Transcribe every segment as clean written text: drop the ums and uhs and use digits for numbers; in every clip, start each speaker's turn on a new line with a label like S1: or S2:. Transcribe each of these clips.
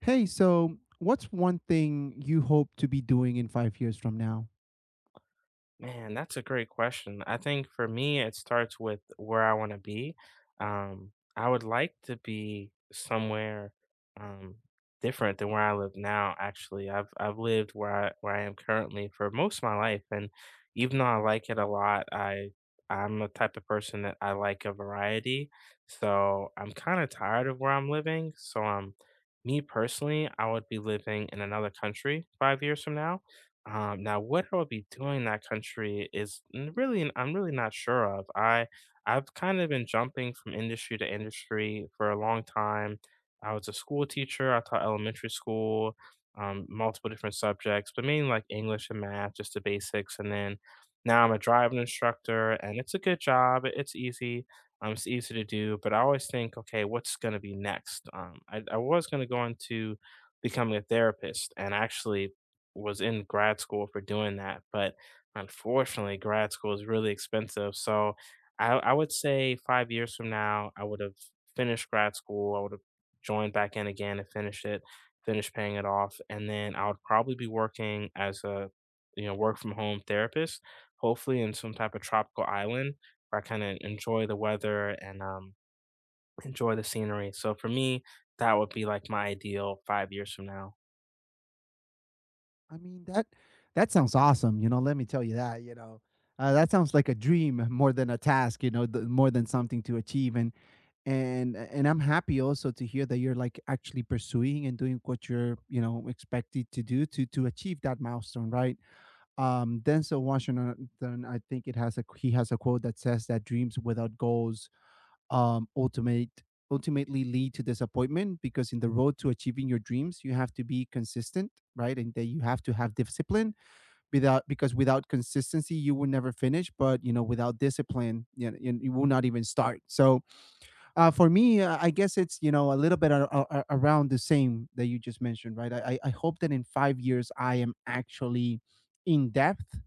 S1: Hey, so what's one thing you hope to be doing in 5 years from now?
S2: Man, that's a great question. I think for me, it starts with where I want to be. I would like to be somewhere um, different than where I live now, actually. I've lived where I am currently for most of my life, and even though I like it a lot, I'm the type of person that I like a variety. So I'm kind of tired of where I'm living. So me personally, I would be living in another country 5 years from now. Now, what I would be doing in that country is I'm really not sure of. I've kind of been jumping from industry to industry for a long time. I was a school teacher. I taught elementary school, multiple different subjects, but mainly like English and math, just the basics. And then now I'm a driving instructor, and it's a good job. It's easy. It's easy to do, but I always think, okay, what's going to be next? I was going to go into becoming a therapist, and actually was in grad school for doing that, but unfortunately, grad school is really expensive. So I would say 5 years from now, I would have finished grad school. I would have joined back in again and finished it, finished paying it off, and then I would probably be working as a you know work from home therapist, hopefully in some type of tropical island where I kind of enjoy the weather and enjoy the scenery. So for me, that would be like my ideal 5 years from now.
S1: I mean that that sounds awesome. You know, let me tell you that. That sounds like a dream more than a task. You know, more than something to achieve. And I'm happy also to hear that you're like actually pursuing and doing what you're you know expected to do to achieve that milestone, right? Denzel Washington, I think it has a he has a quote that says that dreams without goals um, ultimate ultimately lead to disappointment, because in the road to achieving your dreams you have to be consistent, right? And that you have to have discipline, without because without consistency you will never finish, but you know without discipline you will not even start. So for me, I guess it's you know a little bit around the same that you just mentioned, right? I hope that in 5 years I am actually in depth,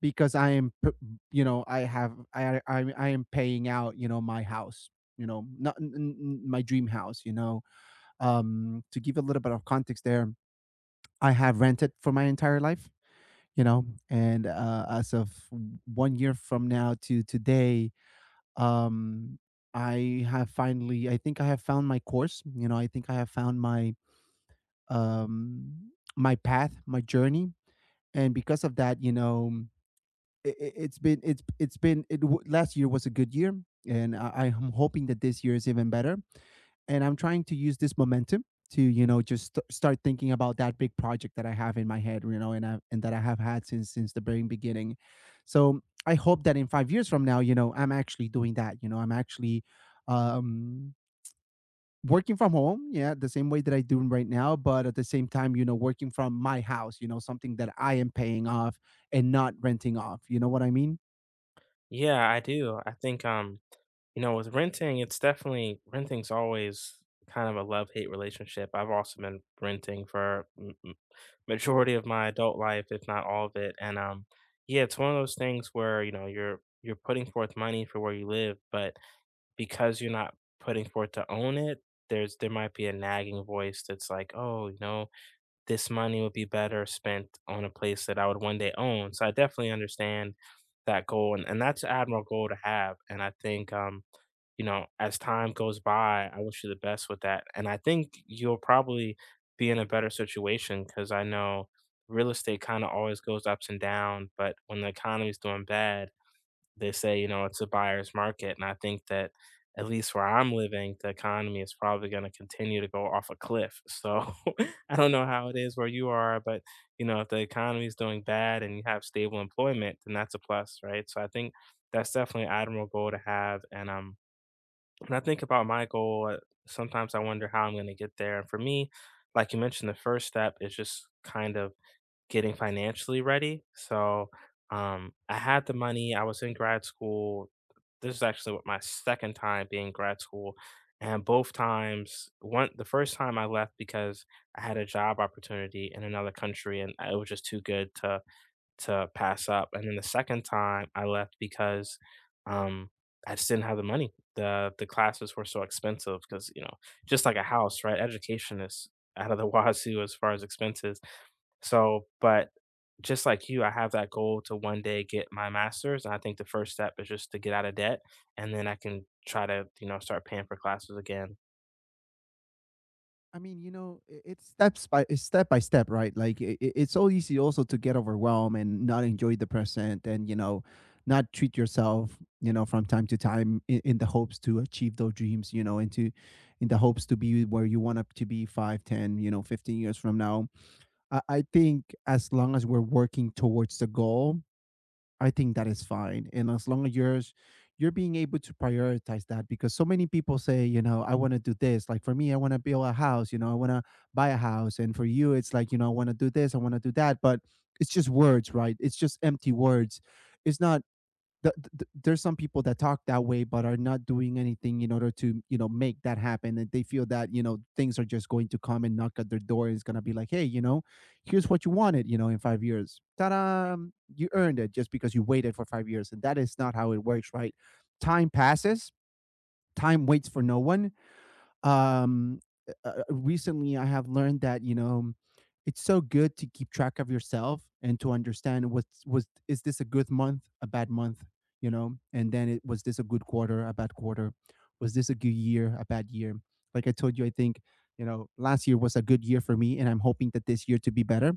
S1: because you know, I have, I am paying out, you know, my house, you know, not n- n- my dream house, you know. To give a little bit of context there, I have rented for my entire life, you know, and as of one year from now to today, um, I have finally, I think I have found my course, you know, I think I have found my, um, my path, my journey. And because of that, you know, it, it's been it w- last year was a good year, and I'm hoping that this year is even better, and I'm trying to use this momentum to you know just start thinking about that big project that I have in my head, you know, and that I have had since the very beginning. So I hope that in 5 years from now, you know, I'm actually doing that, you know, I'm actually um working from home, yeah, the same way that I do right now, but at the same time, you know, working from my house, you know, something that I am paying off and not renting off. You know what I mean?
S2: Yeah, I do. I think you know, with renting, it's definitely renting's always kind of a love-hate relationship. I've also been renting for majority of my adult life, if not all of it. And yeah, it's one of those things where, you know, you're putting forth money for where you live, but because you're not putting forth to own it, there might be a nagging voice that's like, "Oh, you know, this money would be better spent on a place that I would one day own." So I definitely understand that goal, and that's an admirable goal to have. And I think you know, as time goes by, I wish you the best with that. And I think you'll probably be in a better situation because I know real estate kind of always goes ups and down. But when the economy's doing bad, they say, you know, it's a buyer's market. And I think that at least where I'm living, the economy is probably going to continue to go off a cliff. So I don't know how it is where you are, but, you know, if the economy is doing bad and you have stable employment, then that's a plus, right? So I think that's definitely admirable to have. And when I think about my goal, sometimes I wonder how I'm going to get there. And for me, like you mentioned, the first step is just kind of getting financially ready. So I had the money, I was in grad school. This is actually what my second time being grad school. And both times, one the first time I left because I had a job opportunity in another country, and it was just too good to pass up, and then the second time I left because, um, I just didn't have the money. The classes were so expensive because you know, just like a house, right? Education is out of the wazoo as far as expenses. So, but just like you, I have that goal to one day get my master's, and I think the first step is just to get out of debt, and then I can try to, you know, start paying for classes again.
S1: I mean, you know, it's step by step, right? Like it's so easy also to get overwhelmed and not enjoy the present, and you know, not treat yourself, you know, from time to time, in the hopes to achieve those dreams, you know, and to in the hopes to be where you want up to be five, ten, you know, 15 years from now. I think as long as we're working towards the goal, I think that is fine. And as long as you're being able to prioritize that, because so many people say, you know, I want to do this. Like for me, I want to build a house, you know, I want to buy a house. And for you, it's like, you know, I want to do this, I want to do that, but it's just words, right? It's just empty words. It's not there's some people that talk that way but are not doing anything in order to you know make that happen, and they feel that you know things are just going to come and knock at their door, and it's going to be like, hey, you know, here's what you wanted, you know, in 5 years, ta-da, you earned it just because you waited for 5 years. And that is not how it works, right? Time passes, time waits for no one. um, Recently, I have learned that you know it's so good to keep track of yourself and to understand what's was is this a good month, a bad month, you know, and then it was this a good quarter, a bad quarter, was this a good year, a bad year. Like I told you, I think you know last year was a good year for me, and I'm hoping that this year to be better.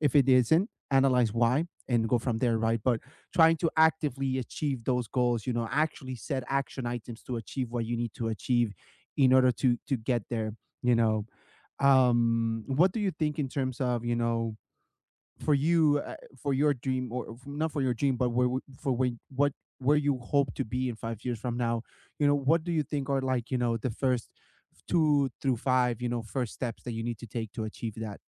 S1: If it isn't, analyze why and go from there, right? But trying to actively achieve those goals, you know, actually set action items to achieve what you need to achieve in order to get there, you know. Um, what do you think in terms of, you know, for you, for your dream, or not for your dream but where, for when what where you hope to be in 5 years from now, you know, what do you think are like, you know, the first 2 through 5, you know, first steps that you need to take to achieve that?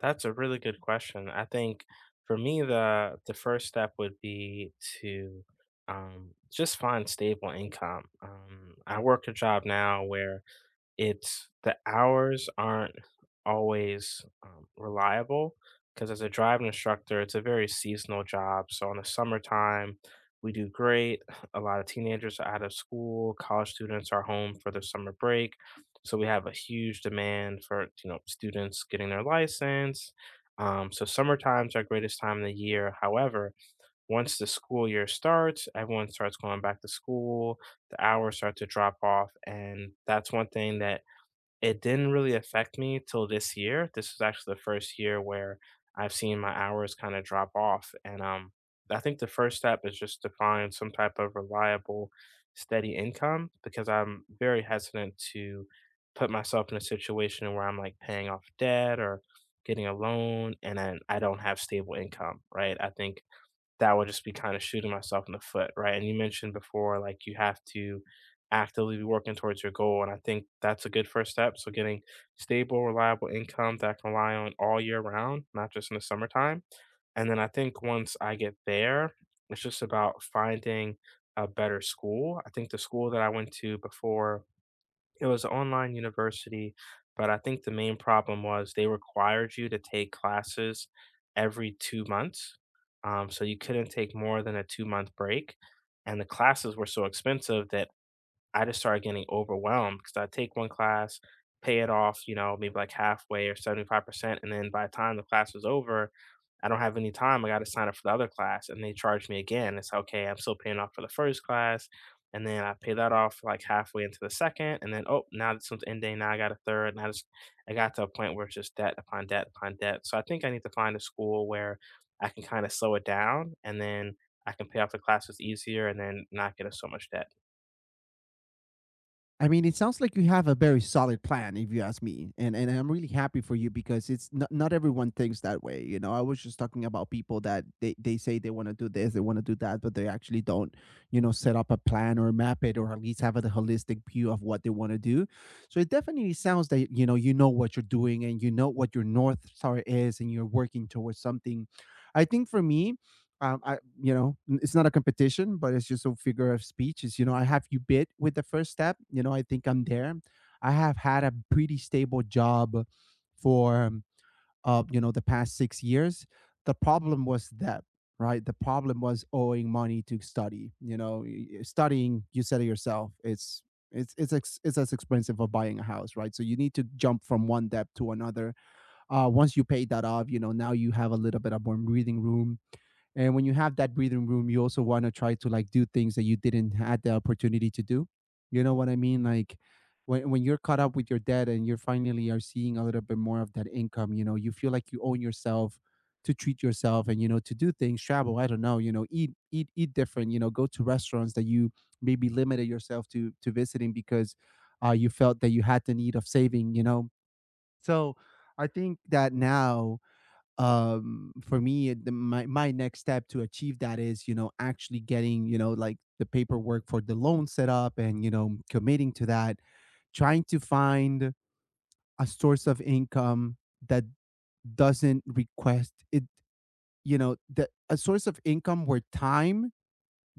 S2: That's a really good question. I think for me, the first step would be to just find stable income. I work a job now where it's the hours aren't always, reliable, because as a driving instructor, it's a very seasonal job, so in the summertime, we do great. A lot of teenagers are out of school, college students are home for their summer break, so we have a huge demand for, you know, students getting their license, so summertime's our greatest time of the year. However, once the school year starts, everyone starts going back to school, the hours start to drop off, and that's one thing that it didn't really affect me till this year. This was actually the first year where I've seen my hours kind of drop off. And I think the first step is just to find some type of reliable, steady income because I'm very hesitant to put myself in a situation where I'm like paying off debt or getting a loan and then I don't have stable income, right? I think that would just be kind of shooting myself in the foot, right? And you mentioned before, like you have to actively be working towards your goal. And I think that's a good first step. So getting stable, reliable income that I can rely on all year round, not just in the summertime. And then I think once I get there, it's just about finding a better school. I think the school that I went to before it was a online university, but I think the main problem was they required you to take classes every 2 months, so you couldn't take more than a 2-month break, and the classes were so expensive that I just started getting overwhelmed because I take one class, pay it off, you know, maybe like halfway or 75%. And then by the time the class was over, I don't have any time. I got to sign up for the other class and they charge me again. It's okay. I'm still paying off for the first class. And then I pay that off like halfway into the second. And then, oh, now this one's ending. Now I got a third. And I just, I got to a point where it's just debt upon debt upon debt. So I think I need to find a school where I can kind of slow it down and then I can pay off the classes easier and then not get us so much debt.
S1: I mean, it sounds like you have a very solid plan, if you ask me, and I'm really happy for you, because it's not everyone thinks that way. You know, I was just talking about people that they say they want to do this, they want to do that, but they actually don't, you know, set up a plan or map it, or at least have a holistic view of what they want to do. So it definitely sounds that you know what you're doing and you know what your north star is, and you're working towards something. I think for me, you know, it's not a competition, but it's just a figure of speech. Is you know, I have you bit with the first step. You know, I think I'm there. I have had a pretty stable job for you know the past 6 years. The problem was that, right. The problem was owing money to study. You know, studying. You said it yourself. It's it's as expensive of buying a house, right? So you need to jump from one debt to another. Once you pay that off, you know, now you have a little bit of more breathing room, and when you have that breathing room, you also want to try to like do things that you didn't had the opportunity to do. You know what I mean? Like when you're caught up with your debt and you're finally are seeing a little bit more of that income, you know, you feel like you own yourself to treat yourself, and you know to do things, travel, I don't know, you know, eat different, you know, go to restaurants that you maybe limited yourself to visiting, because you felt that you had the need of saving, you know. So I think that now, um, for me, my next step to achieve that is you know actually getting you know like the paperwork for the loan set up, and you know committing to that. Trying to find a source of income that doesn't request it, you know, the a source of income where time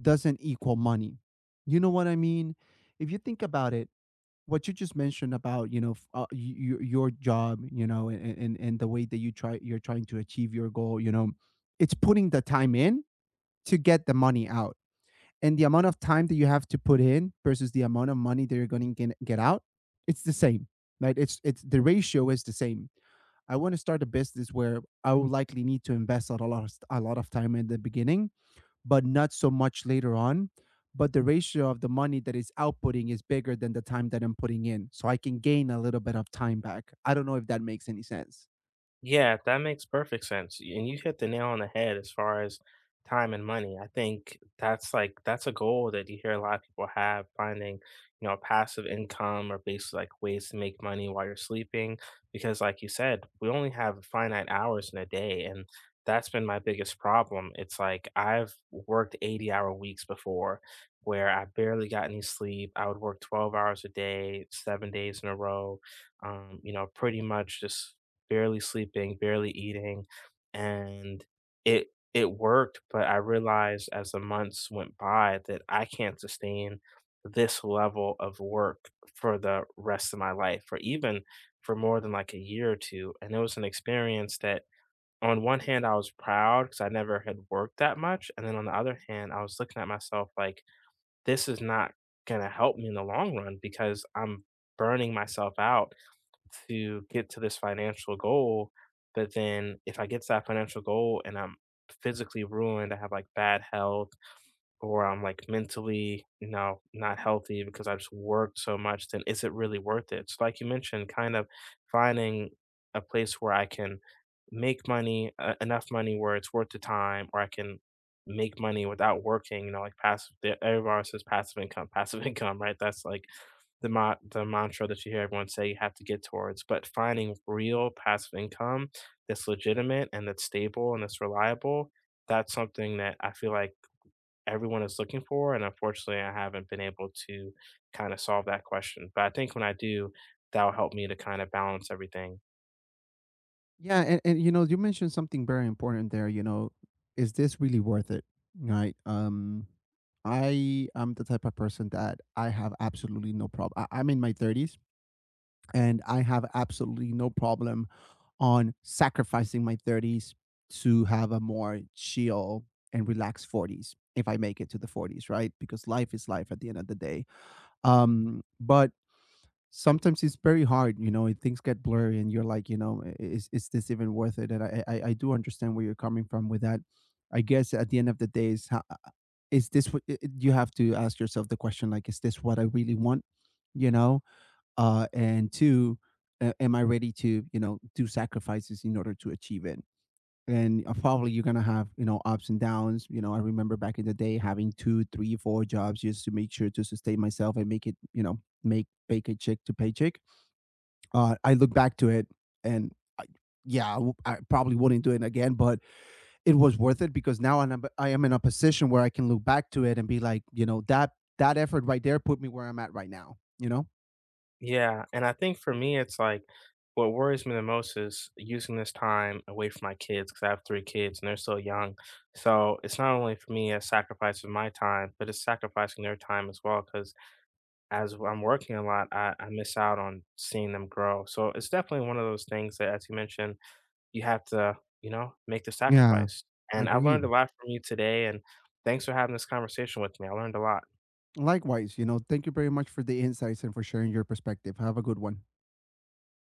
S1: doesn't equal money. You know what I mean? If you think about it, what you just mentioned about you know your job, you know, and the way that you're trying to achieve your goal, you know, it's putting the time in to get the money out, and the amount of time that you have to put in versus the amount of money that you're going to get out, it's the same, right? It's the ratio is the same. I want to start a business where I will likely need to invest a lot of time in the beginning, but not so much later on. But the ratio of the money that is outputting is bigger than the time that I'm putting in. So I can gain a little bit of time back. I don't know if that makes any sense.
S2: Yeah, that makes perfect sense. Y- And you hit the nail on the head as far as time and money. I think that's like that's a goal that you hear a lot of people have, finding, you know, passive income or basically like ways to make money while you're sleeping. Because like you said, we only have finite hours in a day. And that's been my biggest problem. It's like I've worked 80-hour weeks before where I barely got any sleep. I would work 12 hours a day, 7 days in a row you know, pretty much just barely sleeping, barely eating, and it it worked, but I realized as the months went by that I can't sustain this level of work for the rest of my life or even for more than like a year or 2. And it was an experience that on one hand I was proud because I never had worked that much. And then on the other hand, I was looking at myself like this is not gonna help me in the long run because I'm burning myself out to get to this financial goal. But then if I get to that financial goal and I'm physically ruined, I have like bad health or I'm like mentally, you know, not healthy because I just worked so much, then is it really worth it? So like you mentioned, kind of finding a place where I can make money, enough money where it's worth the time or I can make money without working, you know, like passive, everyone always says passive income, passive income, right? That's like the mantra that you hear everyone say you have to get towards, but finding real passive income that's legitimate and that's stable and that's reliable, that's something that I feel like everyone is looking for, and unfortunately, I haven't been able to kinda solve that question, but I think when I do, that'll help me to kinda balance everything.
S1: Yeah. And you know, you mentioned something very important there. You know, is this really worth it? Right. I am the type of person that I have absolutely no problem. I'm in my 30s and I have absolutely no problem on sacrificing my 30s to have a more chill and relaxed 40s, if I make it to the 40s, right? Because life is life at the end of the day. But sometimes it's very hard, you know, and things get blurry and you're like, you know, "I- is this even worth it?" And I do understand where you're coming from with that. I guess at the end of the day, is this what you have to ask yourself the question, like, is this what I really want? You know, and two, am I ready to you know do sacrifices in order to achieve it? And probably you're gonna have you know ups and downs. You know, I remember back in the day having two, three, four jobs just to make sure to sustain myself and make it, you know, make paycheck to paycheck. I look back to it and. I- Yeah, I probably wouldn't do it again, but it was worth it because I am in a position where I can look back to it and be like, you know, that that effort right there put me where I'm at right now. You know?
S2: Yeah, and I think for me, it's like what worries me the most is using this time away from my kids because I have 3 kids and they're still young. So it's not only for me a sacrifice of my time, but it's sacrificing their time as well. Because I'm working a lot, I miss out on seeing them grow. So it's definitely one of those things that, as you mentioned, you have to, you know, make the
S1: Yeah,
S2: sacrifice. And I've learned a
S1: agreed.
S2: lot from you today. And thanks for having this conversation with me. I learned a lot.
S1: Likewise, you know, thank you very much for the insights and for sharing your perspective. Have a good one.